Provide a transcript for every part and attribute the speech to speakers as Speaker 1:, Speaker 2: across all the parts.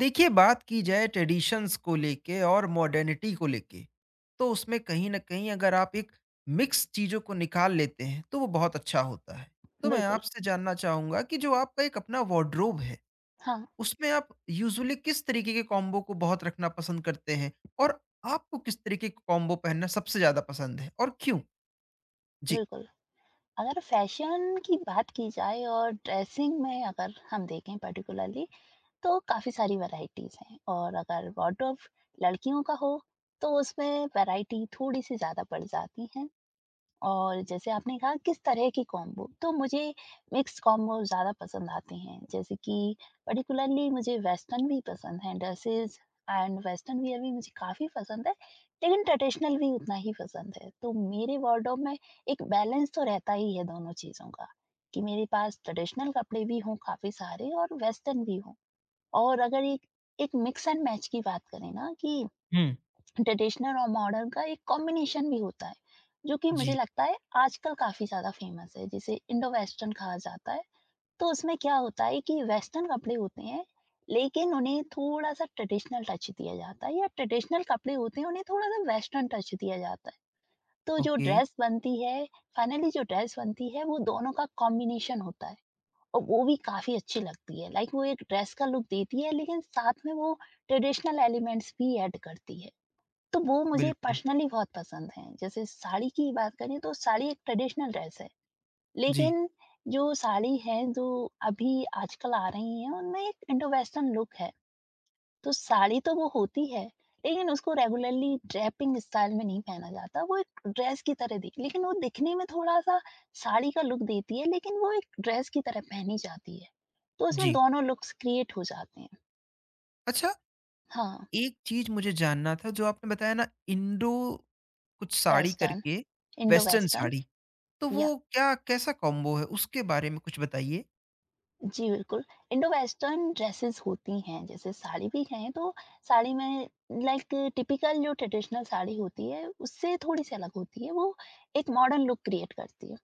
Speaker 1: देखिए, बात की जाए ट्रेडिशंस को लेके और मॉडर्निटी को लेके, तो उसमें कहीं ना कहीं अगर आप एक मिक्स चीजों को निकाल लेते हैं तो वो बहुत अच्छा होता है। तो मैं
Speaker 2: बिल्कुल,
Speaker 1: आपसे जानना चाहूंगा कि जो आपका एक अपना वार्ड्रोब है,
Speaker 2: हाँ,
Speaker 1: उसमें आप यूजुअली किस तरीके के कॉम्बो को बहुत रखना पसंद करते हैं और आपको किस तरीके के कॉम्बो पहनना सबसे ज्यादा पसंद है और क्यों? जी।
Speaker 2: बिल्कुल। अगर फ़ैशन की बात की जाए और ड्रेसिंग में अगर हम देखें पर्टिकुलरली, तो काफ़ी सारी वैराइटीज़ हैं। और अगर वार्डरोब लड़कियों का हो, तो उसमें वैराइटी थोड़ी-सी ज़्यादा बढ़ जाती है। और जैसे आपने कहा किस तरह की कॉम्बो, तो मुझे मिक्स कॉम्बो ज़्यादा पसंद आते हैं, जैसे कि पर्टिकुलरली मुझे वेस्टर्न भी पसंद है ड्रेसेस एंड वेस्टर्न वियर भी मुझे काफ़ी पसंद है, लेकिन ट्रेडिशनल भी उतना ही पसंद है। तो मेरे वार्डरोब में एक बैलेंस तो रहता ही है दोनों चीज़ों का, कि मेरे पास ट्रेडिशनल कपड़े भी हों काफ़ी सारे और वेस्टर्न भी हों। और अगर एक एक मिक्स एंड मैच की बात करें ना, कि
Speaker 1: हम्म।
Speaker 2: ट्रेडिशनल और मॉडर्न का एक कॉम्बिनेशन भी होता है जो कि मुझे
Speaker 1: जी।
Speaker 2: लगता है आजकल काफी ज्यादा फेमस है, जिसे इंडो वेस्टर्न कहा जाता है। तो उसमें क्या होता है कि वेस्टर्न कपड़े होते हैं, लेकिन उन्हें थोड़ा सा ट्रेडिशनल टच दिया जाता है, या ट्रेडिशनल कपड़े होते हैं, उन्हें थोड़ा सा वेस्टर्न टच दिया जाता है। तो जो
Speaker 1: ओके।
Speaker 2: ड्रेस बनती है, फाइनली जो ड्रेस बनती है, वो दोनों का कॉम्बिनेशन होता है। और वो भी काफी अच्छी लगती है, लाइक वो एक ड्रेस का लुक देती है, लेकिन साथ में वो ट्रेडिशनल एलिमेंट्स भी ऐड करती है। तो वो मुझे
Speaker 1: बिल्कुल।
Speaker 2: पर्सनली बहुत पसंद है। जैसे साड़ी की बात करें तो साड़ी एक ट्रेडिशनल ड्रेस है।
Speaker 1: जी।
Speaker 2: लेकिन जो साड़ी है, जो अभी आजकल आ रही है, उनमें एक इंडो वेस्टर्न लुक है। तो साड़ी तो वो होती है, लेकिन उसको रेगुलरली ड्रेपिंग स्टाइल में नहीं पहना जाता। वो एक ड्रेस की तरह दिख लेकिन वो दिखने में थोड़ा-सा साड़ी का लुक देती है, लेकिन वो एक ड्रेस की तरह पहनी जाती है। तो उसमें
Speaker 1: जी।
Speaker 2: दोनों लुक्स क्रिएट हो जाते हैं।
Speaker 1: अच्छा,
Speaker 2: हाँ,
Speaker 1: एक चीज़ मुझे जानना था। जो आपने बताया ना, इंडो कुछ साड़ी
Speaker 2: वेस्टर्न,
Speaker 1: करके,
Speaker 2: इंडो
Speaker 1: वेस्टर्न
Speaker 2: वेस्टर्न
Speaker 1: साड़ी, तो
Speaker 2: या
Speaker 1: वो क्या कैसा कॉम्बो है? उसके बारे में कुछ बताइए।
Speaker 2: जी, बिल्कुल, इंडो वेस्टर्न ड्रेसेज़ होती हैं, जैसे साड़ी भी कहें तो साड़ी में लाइक टिपिकल जो ट्रेडिशनल साड़ी होती है, उससे थोड़ी-सी अलग होती है, वो एक मॉडर्न लुक क्रिएट करती है।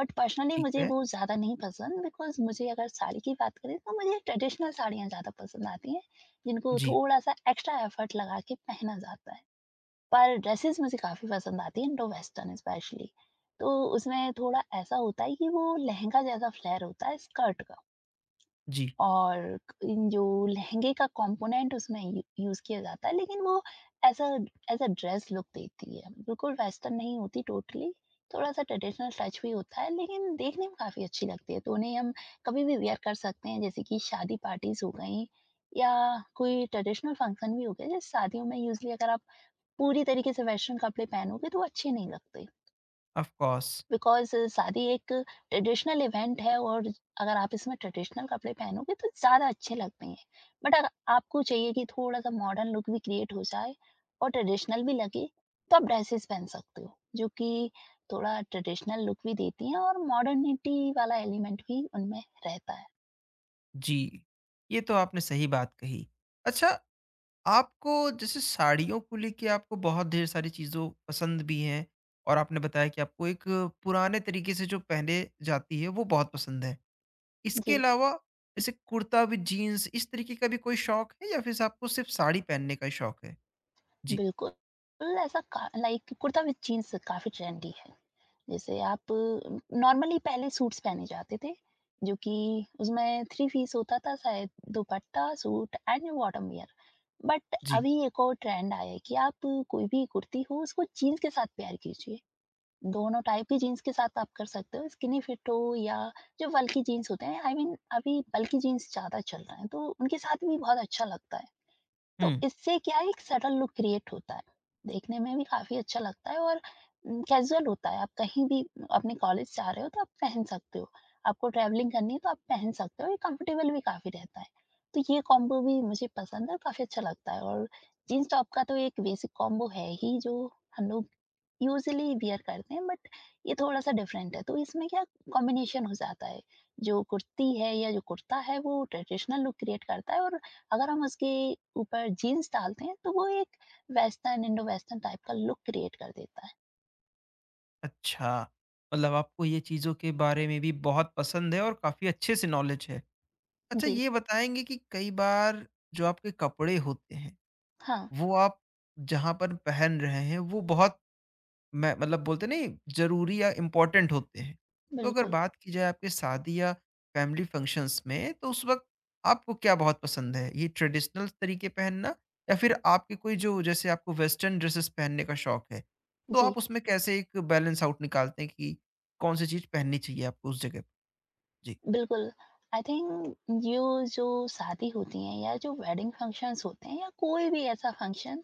Speaker 2: बट पर्सनली
Speaker 1: ठीक
Speaker 2: मुझे
Speaker 1: है।
Speaker 2: वो ज़्यादा नहीं पसंद, बिकॉज़ मुझे अगर साड़ी की बात करें तो मुझे ट्रेडिशनल साड़ियाँ ज़्यादा पसंद आती हैं, जिनको
Speaker 1: जी।
Speaker 2: थोड़ा-सा एक्स्ट्रा एफर्ट लगा के पहना जाता है। पर ड्रेसेज़ मुझे काफ़ी पसंद आती हैं, इंडो वेस्टर्न स्पेशली। तो उसमें थोड़ा ऐसा होता है कि वो लहंगा जैसा फ्लेयर होता है स्कर्ट का।
Speaker 1: जी।
Speaker 2: और इन जो लहंगे का कॉम्पोनेंट उसमें यू यूज़ किया जाता है, लेकिन वो as a as a dress look देती है। बिल्कुल वेस्टर्न नहीं होती टोटली, थोड़ा-सा ट्रेडिशनल टच भी होता है, लेकिन देखने में काफ़ी अच्छी लगती है। तो उन्हें हम कभी भी वियर कर सकते हैं, जैसे कि शादी पार्टीज़ हो गईं, या कोई ट्रेडिशनल फंक्शन भी हो गए। जैसे शादियों में यूज़ुअली अगर आप पूरी तरीके से वेस्टर्न कपड़े पहनोगे, तो वो अच्छे नहीं लगते।
Speaker 1: Of course.
Speaker 2: बिकॉज़ शादी एक ट्रेडिशनल इवेंट है, और अगर आप इसमें ट्रेडिशनल कपड़े पहनोगे तो ज़्यादा अच्छे लगते हैं। बट अगर आपको चाहिए कि थोड़ा-सा मॉडर्न लुक भी क्रिएट हो जाए और ट्रेडिशनल भी लगे, तो आप ड्रेसेस पहन सकते हो, जो कि थोड़ा ट्रेडिशनल लुक भी देती हैं और मॉडर्निटी वाला एलिमेंट भी उनमें रहता है।
Speaker 1: जी, ये तो आपने सही बात कही। अच्छा, आपको जैसे साड़ियों को लेके आपको बहुत ढेर सारी चीज़ों पसंद भी हैं और आपने बताया कि आपको एक पुराने तरीके से जो पहने जाती है वो बहुत पसंद है। इसके
Speaker 2: जी।
Speaker 1: अलावा जैसे कुर्ता विद जीन्स इस तरीके का भी कोई शौक है, या फिर आपको सिर्फ साड़ी पहनने का ही शौक है? जी।
Speaker 2: बिल्कुल, ऐसा का लाइक कुर्ता विद जीन्स काफ़ी ट्रेंडी है। जैसे आप नॉर्मली पहले सूट्स पहने जाते थे, जो कि उसमें थ्री पीस होता था शायद, dupatta, suit and bottom wear. But
Speaker 1: जी।
Speaker 2: अभी एक और ट्रेंड आया है कि आप कोई भी कुर्ती हो उसको जीन्स के साथ पेयर कीजिए। दोनों टाइप की जीन्स के साथ आप कर सकते हो, स्किनी फिट हो या जो बल्की जीन्स होते हैं, आई I मीन mean, अभी बल्की जीन्स ज़्यादा चल रहे हैं, तो उनके साथ भी बहुत अच्छा लगता है। तो
Speaker 1: हुँ।
Speaker 2: इससे क्या है, एक सटल लुक क्रिएट होता है। देखने में भी काफ़ी अच्छा लगता है, और कैज़ुअल होता है। आप कहीं भी अपने कॉलेज जा रहे हो तो आप पहन सकते हो। आपको ट्रैवलिंग करनी है तो आप पहन सकते हो, ये कंफर्टेबल भी काफ़ी रहता है। तो ये कॉम्बो भी मुझे पसंद है, काफ़ी अच्छा लगता है, और जीन्स टॉप का तो एक बेसिक कॉम्बो है ही, जो हम लोग यूजुअली वियर करते हैं, बट ये थोड़ा-सा डिफरेंट है। तो इसमें क्या कॉम्बिनेशन हो जाता है, जो कुर्ती है या जो कुर्ता है वो ट्रेडिशनल लुक क्रिएट करता है, और अगर हम उसके ऊपर जीन्स डालते हैं तो वो एक वेस्टर्न इंडो वेस्टर्न टाइप का लुक क्रिएट कर देता है।
Speaker 1: अच्छा, मतलब आपको ये चीज़ों के बारे में भी बहुत पसंद है और काफ़ी अच्छे से नॉलेज है। अच्छा,
Speaker 2: जी,
Speaker 1: ये बताएँगे कि कई बार जो आपके कपड़े होते हैं,
Speaker 2: हाँ,
Speaker 1: वो आप जहाँ पर पहन रहे हैं वो बहुत, मैं मतलब बोलते नहीं, ज़रूरी या इम्पोर्टेंट होते हैं। तो अगर
Speaker 2: बिल्कुल।
Speaker 1: बात की जाए आपके शादी या फैमिली फंक्शंस में, तो उस वक़्त आपको क्या बहुत पसंद है? ये ट्रेडिशनल तरीके पहनना, या फिर आपके कोई जो जैसे आपको वेस्टर्न ड्रेसेस पहनने का शौक है, तो
Speaker 2: जी,
Speaker 1: आप उसमें कैसे एक बैलेंस आउट निकालते हैं कि कौन-सी चीज़ पहननी चाहिए आपको उस जगह पर? जी।
Speaker 2: बिल्कुल। आई थिंक यो जो शादी होती है, या जो वेडिंग फंक्शंस होते हैं, या कोई भी ऐसा फंक्शन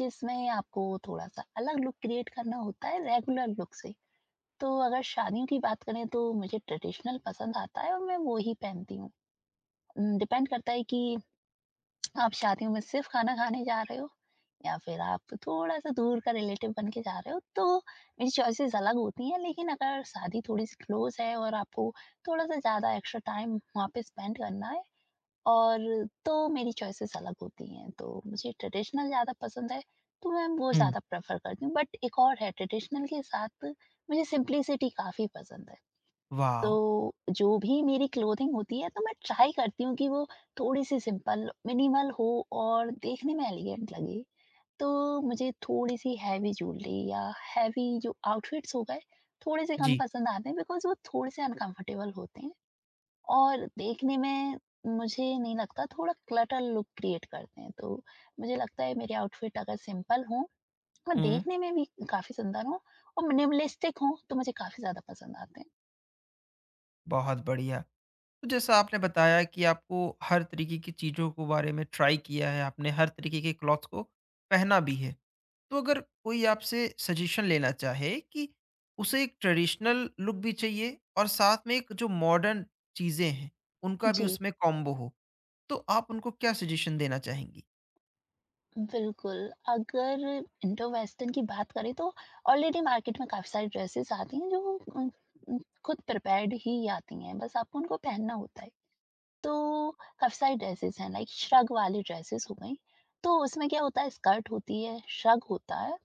Speaker 2: जिसमें आपको थोड़ा-सा अलग लुक क्रिएट करना होता है रेगुलर लुक से। तो अगर शादियों की बात करें तो मुझे ट्रेडिशनल पसंद आता है, और मैं वो ही पहनती हूँ। डिपेंड करता है कि आप शादियों में सिर्फ खाना खाने जा रहे हो, या फिर आप थोड़ा-सा दूर का रिलेटिव बन के जा रहे हो, तो मेरी चॉइसेस अलग होती हैं। लेकिन अगर शादी थोड़ी-सी क्लोज़ है और आपको थोड़ा-सा ज़्यादा एक्स्ट्रा टाइम वहाँ पे स्पेंड करना है, और तो मेरी चॉइसेस अलग होती हैं। तो मुझे ट्रेडिशनल ज़्यादा पसंद है, तो मैं वो
Speaker 1: हुँ।
Speaker 2: ज़्यादा प्रेफ़र करती हूँ। बट एक और है, ट्रेडिशनल के साथ मुझे सिम्प्लिसिटी काफ़ी पसंद है। तो
Speaker 1: वाओ!
Speaker 2: जो भी मेरी क्लोथिंग होती है, तो मैं ट्राई करती हूँ कि वो थोड़ी-सी सिंपल, मिनिमल हो, और देखने में एलिगेंट लगे। तो मुझे थोड़ी-सी हैवी ज्वेलरी या हैवी जो आउटफिट्स हो गए, थोड़े-से कम
Speaker 1: जी।
Speaker 2: पसंद आते हैं, बिकॉज़ वो थोड़े-से अनकंफर्टेबल होते हैं, और देखने में, मुझे नहीं लगता, थोड़ा क्लटर लुक क्रिएट करते हैं। तो मुझे लगता है मेरे आउटफिट अगर सिंपल हों और
Speaker 1: हुँ।
Speaker 2: देखने में भी काफ़ी सुंदर हों और मिनिमलिस्टिक हों, तो मुझे काफ़ी ज़्यादा पसंद आते हैं।
Speaker 1: बहुत बढ़िया। तो जैसा आपने बताया कि आपको हर तरीके की चीज़ों को बारे में ट्राई किया है, आपने हर तरीके के क्लॉथ्स को पहना भी है। तो अगर कोई आपसे सजेशन लेना चाहे कि उसे एक ट्रेडिशनल लुक भी चाहिए और साथ में एक जो मॉडर्न चीजें हैं उनका भी
Speaker 2: जी।
Speaker 1: उसमें कॉम्बो हो, तो आप उनको क्या सजेशन देना चाहेंगी?
Speaker 2: बिल्कुल, अगर इंडो वेस्टर्न की बात करें तो ऑलरेडी मार्केट में काफ़ी सारी ड्रेसेस आती हैं जो उम उम, खुद प्रिपेयर्ड ही आती हैं, बस आपको उनको पहनना होता है। तो काफ़ी सारी ड्रेसेस हैं, लाइक श्रग वाली ड्रेसेस हो गईं, तो उसमें क्या होता है, स्कर्ट होती है, श्रग होता है,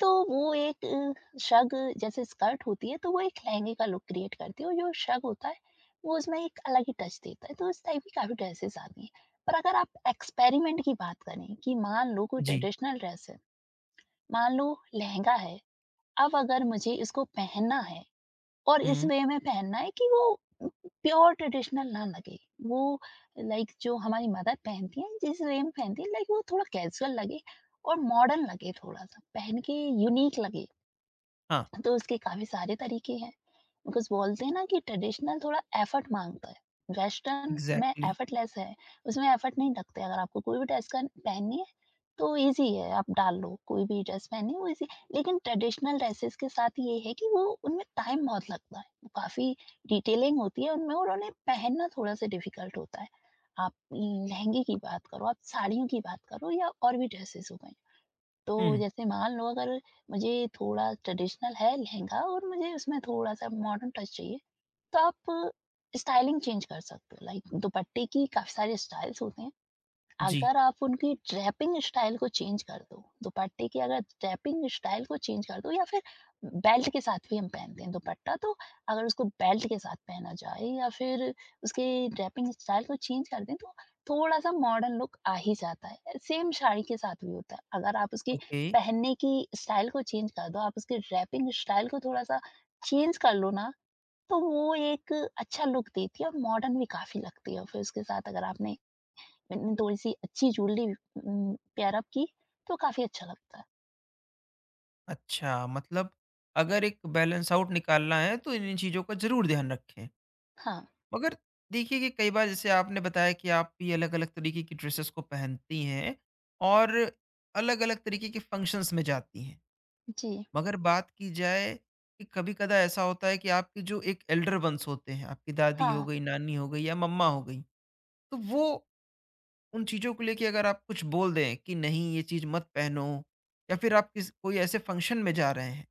Speaker 2: तो वो एक शग जैसे स्कर्ट होती है, तो वो एक लहंगे का लुक क्रिएट करती है, और जो शग होता है वो उसमें एक अलग ही टच देता है, तो इस टाइप की काफी ड्रेसेस आती हैं। पर अगर आप एक्सपेरिमेंट की बात करें कि मान लो कोई
Speaker 1: जी।
Speaker 2: ट्रेडिशनल ड्रेस है, मान लो लहंगा है, अब अगर मुझे इसको पहनना है और इस
Speaker 1: हम्म।
Speaker 2: वे में पहनना है कि वो प्योर ट्रेडिशनल ना लगे, वो लाइक जो हमारी मदर पहनती है जिस वे में पहनती है, लाइक वो थोड़ा कैजुअल लगे और मॉडर्न लगे, थोड़ा सा पहन के यूनिक लगे,
Speaker 1: हाँ।
Speaker 2: तो उसके काफ़ी सारे तरीके हैं। बिकॉज़ बोलते हैं ना कि ट्रेडिशनल थोड़ा एफर्ट माँगता है। वेस्टर्न में
Speaker 1: एग्जैक्टली।
Speaker 2: एफर्टलेस है, उसमें एफर्ट नहीं लगते। अगर आपको कोई भी ड्रेस कन पहननी है, तो ईज़ी है, आप डाल लो। कोई भी ड्रेस पहननी है वो ईज़ी। लेकिन ट्रेडिशनल ड्रेसेज़ के साथ ये है कि वो, उनमें टाइम बहुत लगता है। वो काफ़ी डिटेलिंग होती है उनमें, और उन्हें पहनना थोड़ा-सा डिफ़िकल्ट होता है। आप लहंगे की बात करो, आप साड़ियों की बात करो, या और भी ड्रेसेज़ हो गए। तो
Speaker 1: हम्म।
Speaker 2: जैसे मान लो, अगर मुझे थोड़ा ट्रेडिशनल है लहंगा और मुझे उसमें थोड़ा-सा मॉडर्न टच चाहिए, तो आप स्टाइलिंग चेंज कर सकते हो। लाइक दुपट्टे की काफ़ी सारे स्टाइल्स होते हैं।
Speaker 1: जी।
Speaker 2: अगर आप उनकी ड्रेपिंग स्टाइल को चेंज कर दो, दुपट्टे की अगर ड्रेपिंग स्टाइल को चेंज कर दो, या फिर बेल्ट के साथ भी हम पहनते हैं दुपट्टा, तो अगर उसको बेल्ट के साथ पहना जाए, या फिर उसके ड्रेपिंग स्टाइल को चेंज कर दें, तो थोड़ा-सा मॉडर्न लुक आ ही जाता है। सेम साड़ी के साथ भी होता है। अगर आप उसकी
Speaker 1: ओके।
Speaker 2: पहनने की स्टाइल को चेंज कर दो, आप उसके ड्रेपिंग स्टाइल को थोड़ा-सा चेंज कर लो ना, तो वो एक अच्छा लुक देती है और मॉडर्न भी काफ़ी लगती है। फिर उसके साथ अगर आपने मैंने थोड़ी सी अच्छी ज्वेलरी पेयर अप की, तो काफ़ी अच्छा लगता है।
Speaker 1: अच्छा, मतलब अगर एक बैलेंस आउट निकालना है तो इन इन चीजों का जरूर ध्यान रखें।
Speaker 2: हाँ,
Speaker 1: मगर देखिए कि कई बार, जैसे आपने बताया कि आप ये अलग-अलग तरीके की ड्रेसेस को पहनती हैं और अलग-अलग तरीके के फंक्शंस में जाती हैं,
Speaker 2: जी।
Speaker 1: मगर बात की जाए कि कभी-कदा ऐसा होता है कि आपके जो एक एल्डर वंस होते हैं, आपकी दादी हो
Speaker 2: हाँ,
Speaker 1: गई, नानी हो गई या मम्मा हो गई, तो वो उन चीज़ों को लेके अगर आप कुछ बोल दें कि नहीं, ये चीज़ मत पहनो, या फिर आप किस कोई ऐसे फंक्शन में जा रहे हैं,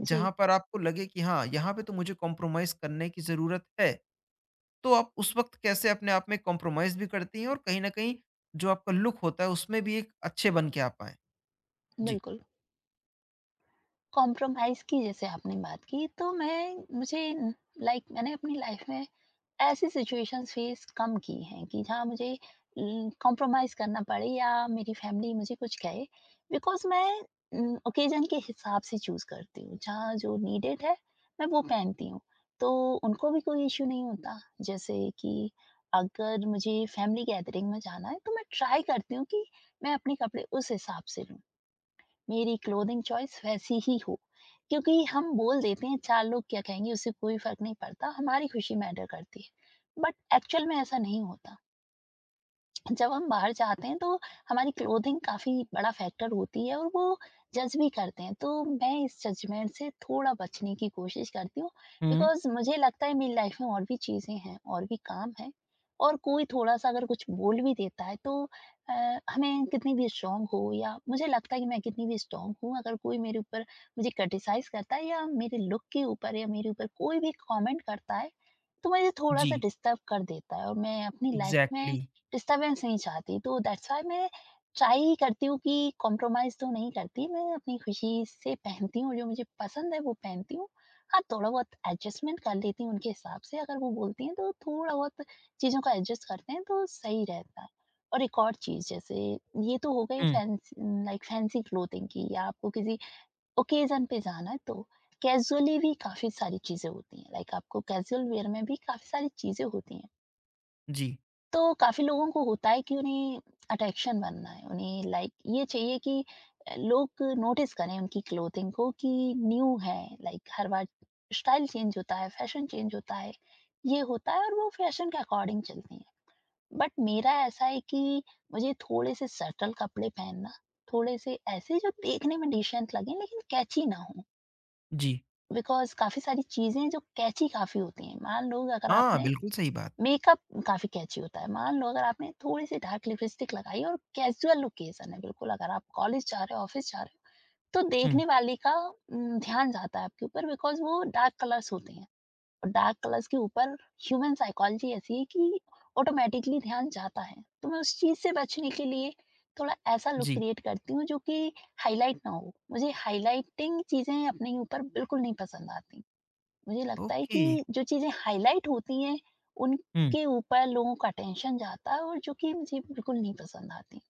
Speaker 2: जी,
Speaker 1: जहाँ पर आपको लगे कि हाँ, यहाँ पे तो मुझे कॉम्प्रोमाइज़ करने की ज़रूरत है। तो आप उस वक़्त कैसे अपने आप में कॉम्प्रोमाइज़ भी करती हैं और कहीं न कहीं जो आपका लुक होता है उसमें भी एक अच्छे बन के आ पाएँ? जी।
Speaker 2: बिल्कुल। कॉम्प्रोमाइज़ की जैसे आपने बात की, तो मैं मुझे लाइक मैंने अपनी लाइफ में ऐसी सिचुएशंस फेस कम की हैं, कि जहाँ मुझे कॉम्प्रोमाइज़ करना पड़े या मेरी फैमिली मुझे कुछ कहे, बिकॉज़ मैं ओकेजन के हिसाब से चूज़ करती हूँ। जहाँ जो नीडेड है मैं वो पहनती हूँ, तो उनको भी कोई इश्यू नहीं होता। जैसे कि अगर मुझे फैमिली गैदरिंग में जाना है, तो मैं ट्राई करती हूँ कि मैं अपने कपड़े उस हिसाब से लूँ। मेरी क्लोथिंग चॉइस वैसी ही हो। क्योंकि हम बोल देते हैं, चार लोग क्या कहेंगे, उससे कोई फ़र्क नहीं पड़ता, हमारी खुशी मैटर करती है। बट एक्चुअल में ऐसा नहीं होता। जब हम बाहर जाते हैं, तो हमारी क्लोथिंग काफ़ी बड़ा फैक्टर होती है, और वो जज भी करते हैं। तो मैं इस जजमेंट से थोड़ा बचने की कोशिश करती हूँ,
Speaker 1: हुँ।
Speaker 2: बिकॉज़ मुझे लगता है मेरी लाइफ में और भी चीज़ें हैं, और भी काम हैं, और कोई थोड़ा-सा अगर कुछ बोल भी देता है तो अ, हमें कितनी भी स्ट्रॉन्ग हो या मुझे लगता है कि मैं कितनी भी स्ट्रॉन्ग हूँ, अगर कोई मेरे ऊपर मुझे क्रिटिसाइज़ करता है या मेरे लुक के ऊपर या मेरे ऊपर कोई भी कमेंट करता है, तो मुझे थोड़ा-सा
Speaker 1: जी,
Speaker 2: डिस्टर्ब कर देता है और मैं अपनी लाइफ में
Speaker 1: एग्ज़ैक्टली।
Speaker 2: डिस्टर्बेंस नहीं चाहती, तो दैट्स व्हाई मैं ट्राई ही करती हूँ कि कॉम्प्रोमाइज़ तो नहीं करती, मैं अपनी खुशी से पहनती हूँ, जो मुझे पसंद है वो पहनती हूँ। हाँ, थोड़ा बहुत एडजस्टमेंट कर लेती हूँ उनके हिसाब से, अगर वो बोलती हैं तो थोड़ा बहुत चीज़ों का एडजस्ट करते हैं तो सही रहता है। और एक और चीज़ जैसे ये तो हो गई
Speaker 1: हुँ।
Speaker 2: फैंसी, लाइक फैंसी क्लोथिंग की, या आपको किसी ओकेज़न पे जाना है तो कैज़ुअली भी काफ़ी सारी चीज़ें होती हैं, लाइक आपको कैज़ुअल वियर में भी काफ़ी सारी चीज़ें होती हैं।
Speaker 1: जी।
Speaker 2: तो काफ़ी लोगों को होता है कि उन्हें अट्रैक्शन बनना है, उन्हें लाइक ये चाहिए कि लोग नोटिस करें उनकी क्लोथिंग को कि न्यू है, लाइक हर बार स्टाइल चेंज होता है, फैशन चेंज होता है, ये होता है, और वो फैशन के अकॉर्डिंग चलती हैं। बट मेरा ऐसा है कि मुझे थोड़े से सटल कपड़े पहनना, थोड़े से ऐसे जो देखने में डिसेंट लगें लेकिन कैची ना हों,
Speaker 1: जी।
Speaker 2: बिकॉज़ काफ़ी सारी चीज़ें जो कैची काफ़ी होती हैं। मान लो अगर
Speaker 1: हाँ,
Speaker 2: आपने
Speaker 1: बिल्कुल सही बात।
Speaker 2: मेकअप, काफ़ी कैची होता है। मान लो अगर आपने थोड़ी-सी डार्क लिपस्टिक लगाई और कैज़ुअल ओकेज़न है, बिल्कुल अगर आप कॉलेज जा रहे हो, ऑफ़िस जा रहे हो, तो
Speaker 1: हुँ।
Speaker 2: देखने वाले का ध्यान जाता है आपके ऊपर, बिकॉज़ वो डार्क कलर्स होते हैं और डार्क कलर्स के ऊपर ह्यूमन साइकोलॉजी ऐसी है कि ऑटोमैटिकली ध्यान जाता है। तो मैं उस चीज़ से बचने के लिए थोड़ा ऐसा लुक
Speaker 1: जी।
Speaker 2: क्रिएट करती हूँ जो कि हाइलाइट ना हो। मुझे हाइलाइटिंग चीज़ें अपने ऊपर बिल्कुल नहीं पसंद आती। मुझे लगता है
Speaker 1: ओके।
Speaker 2: कि जो चीज़ें हाइलाइट होती हैं,
Speaker 1: हुँ।
Speaker 2: उनके ऊपर लोगों का अटेंशन जाता है, और जो कि मुझे बिल्कुल नहीं पसंद आती।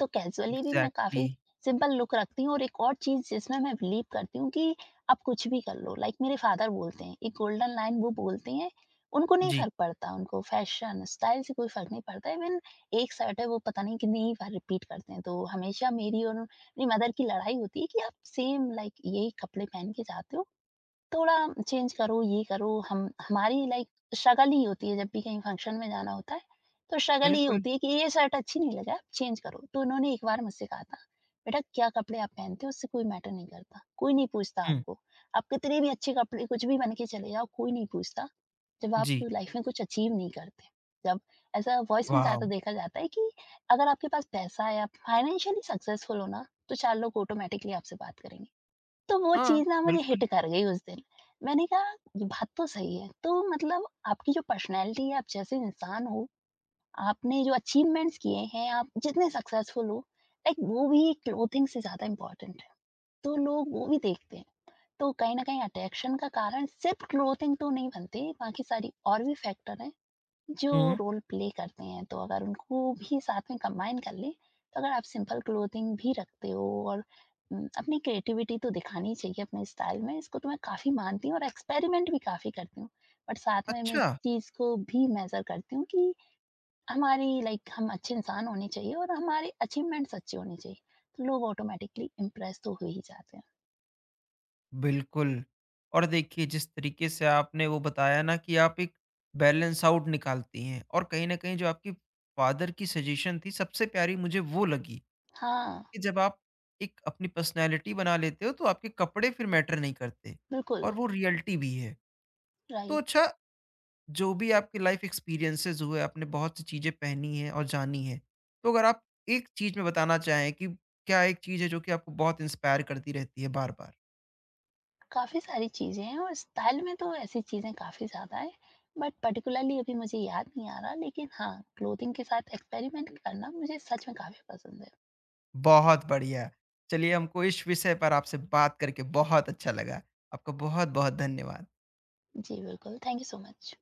Speaker 2: तो कैज़ुअली भी मैं काफ़ी
Speaker 1: एग्ज़ैक्टली।
Speaker 2: सिंपल लुक रखती हूँ, और एक और चीज़ जिसमें मैं बिलीव करती हूँ कि आप कुछ भी कर लो, लाइक मेरे फादर बोलते हैं, एक गोल्डन लाइन वो बोलते हैं, उनको नहीं
Speaker 1: जी।
Speaker 2: फ़र्क पड़ता, उनको फ़ैशन, स्टाइल से कोई फ़र्क नहीं पड़ता। इवन एक शर्ट है, वो पता नहीं कितनी बार रिपीट करते हैं, तो हमेशा मेरी और मेरी मदर की लड़ाई होती है कि आप सेम लाइक यही कपड़े पहन के जाते हो, थोड़ा चेंज करो, ये करो। हम हमारी लाइक स्ट्रगल ही होती है जब भी कहीं फंक्शन में जाना होता है, तो स्ट्रगल ये
Speaker 1: बिल्कुल।
Speaker 2: होती है कि ये शर्ट अच्छी नहीं लगा, चेंज करो। तो उन्होंने एक बार मुझसे कहा था, "बेटा क्या कपड़े आप पहनते हो उससे कोई मैटर नहीं करता, कोई नहीं पूछता
Speaker 1: हुँ।
Speaker 2: आपको। आप कितने भी अच्छे कपड़े कुछ भी बन के चले जाओ, कोई नहीं पूछता, जब आप
Speaker 1: जी।
Speaker 2: लाइफ में कुछ अचीव नहीं करते।" जब ऐसा वॉइस में ज़्यादा
Speaker 1: वॉव!
Speaker 2: देखा जाता है कि अगर आपके पास पैसा है, आप फाइनेंशियली सक्सेसफुल हो ना, तो चार लोग ऑटोमैटिकली आपसे बात करेंगे। तो वो
Speaker 1: हाँ,
Speaker 2: चीज़ ना मुझे
Speaker 1: बिल्कुल।
Speaker 2: हिट कर गई उस दिन। मैंने कहा ये बात तो सही है। तो मतलब आपकी जो पर्सनैलिटी है, आप जैसे इंसान हो, आपने जो अचीवमेंट्स किए हैं, आप जितने सक्सेसफुल हो, लाइक वो भी क्लोथिंग से ज़्यादा इम्पोर्टेंट है। तो लोग वो भी देखते हैं। तो कहीं न कहीं अट्रैक्शन का कारण सिर्फ़ क्लोथिंग तो नहीं बनते, बाकी सारी और भी फैक्टर हैं जो
Speaker 1: हुँ।
Speaker 2: रोल प्ले करते हैं। तो अगर उनको भी साथ में कंबाइन कर लें, तो अगर आप सिंपल क्लोथिंग भी रखते हो और अपनी क्रिएटिविटी तो दिखानी चाहिए अपने स्टाइल में, इसको तो मैं काफ़ी मानती हूँ और एक्सपेरिमेंट भी काफ़ी करती हूँ। बट साथ में मैं इस
Speaker 1: अच्छा।
Speaker 2: चीज़ को भी मेज़र करती हूँ कि हमारी लाइक हम अच्छे इंसान होने चाहिए और हमारे अचीवमेंट्स अच्छे होने चाहिए, तो लोग ऑटोमैटिकली इम्प्रेस तो हो ही जाते हैं।
Speaker 1: बिल्कुल। और देखिए जिस तरीके से आपने वो बताया ना कि आप एक बैलेंस आउट निकालती हैं, और कहीं न कहीं जो आपकी फादर की सजेशन थी सबसे प्यारी मुझे वो लगी,
Speaker 2: हाँ,
Speaker 1: कि जब आप एक अपनी पर्सनैलिटी बना लेते हो तो आपके कपड़े फिर मैटर नहीं करते,
Speaker 2: बिल्कुल,
Speaker 1: और वो रियलिटी भी है। तो
Speaker 2: राइट।
Speaker 1: अच्छा, जो भी आपके लाइफ़ एक्सपीरियंसेज़ हुए आपने बहुत सी चीज़ें पहनी हैं और जानी हैं। तो अगर आप एक चीज़ में बताना चाहें कि क्या एक चीज़ है जो कि आपको बहुत इंस्पायर करती रहती है बार-बार?
Speaker 2: काफ़ी सारी चीज़ें हैं, और स्टाइल में तो ऐसी चीज़ें काफ़ी ज़्यादा है। बट पर्टिकुलरली अभी मुझे याद नहीं आ रहा, लेकिन हाँ, क्लोथिंग के साथ एक्सपेरिमेंट करना मुझे सच में काफ़ी पसंद है।
Speaker 1: बहुत बढ़िया। चलिए, हमको इस विषय पर आपसे बात करके बहुत अच्छा लगा। आपका बहुत-बहुत धन्यवाद।
Speaker 2: जी, बिल्कुल। Thank you so much.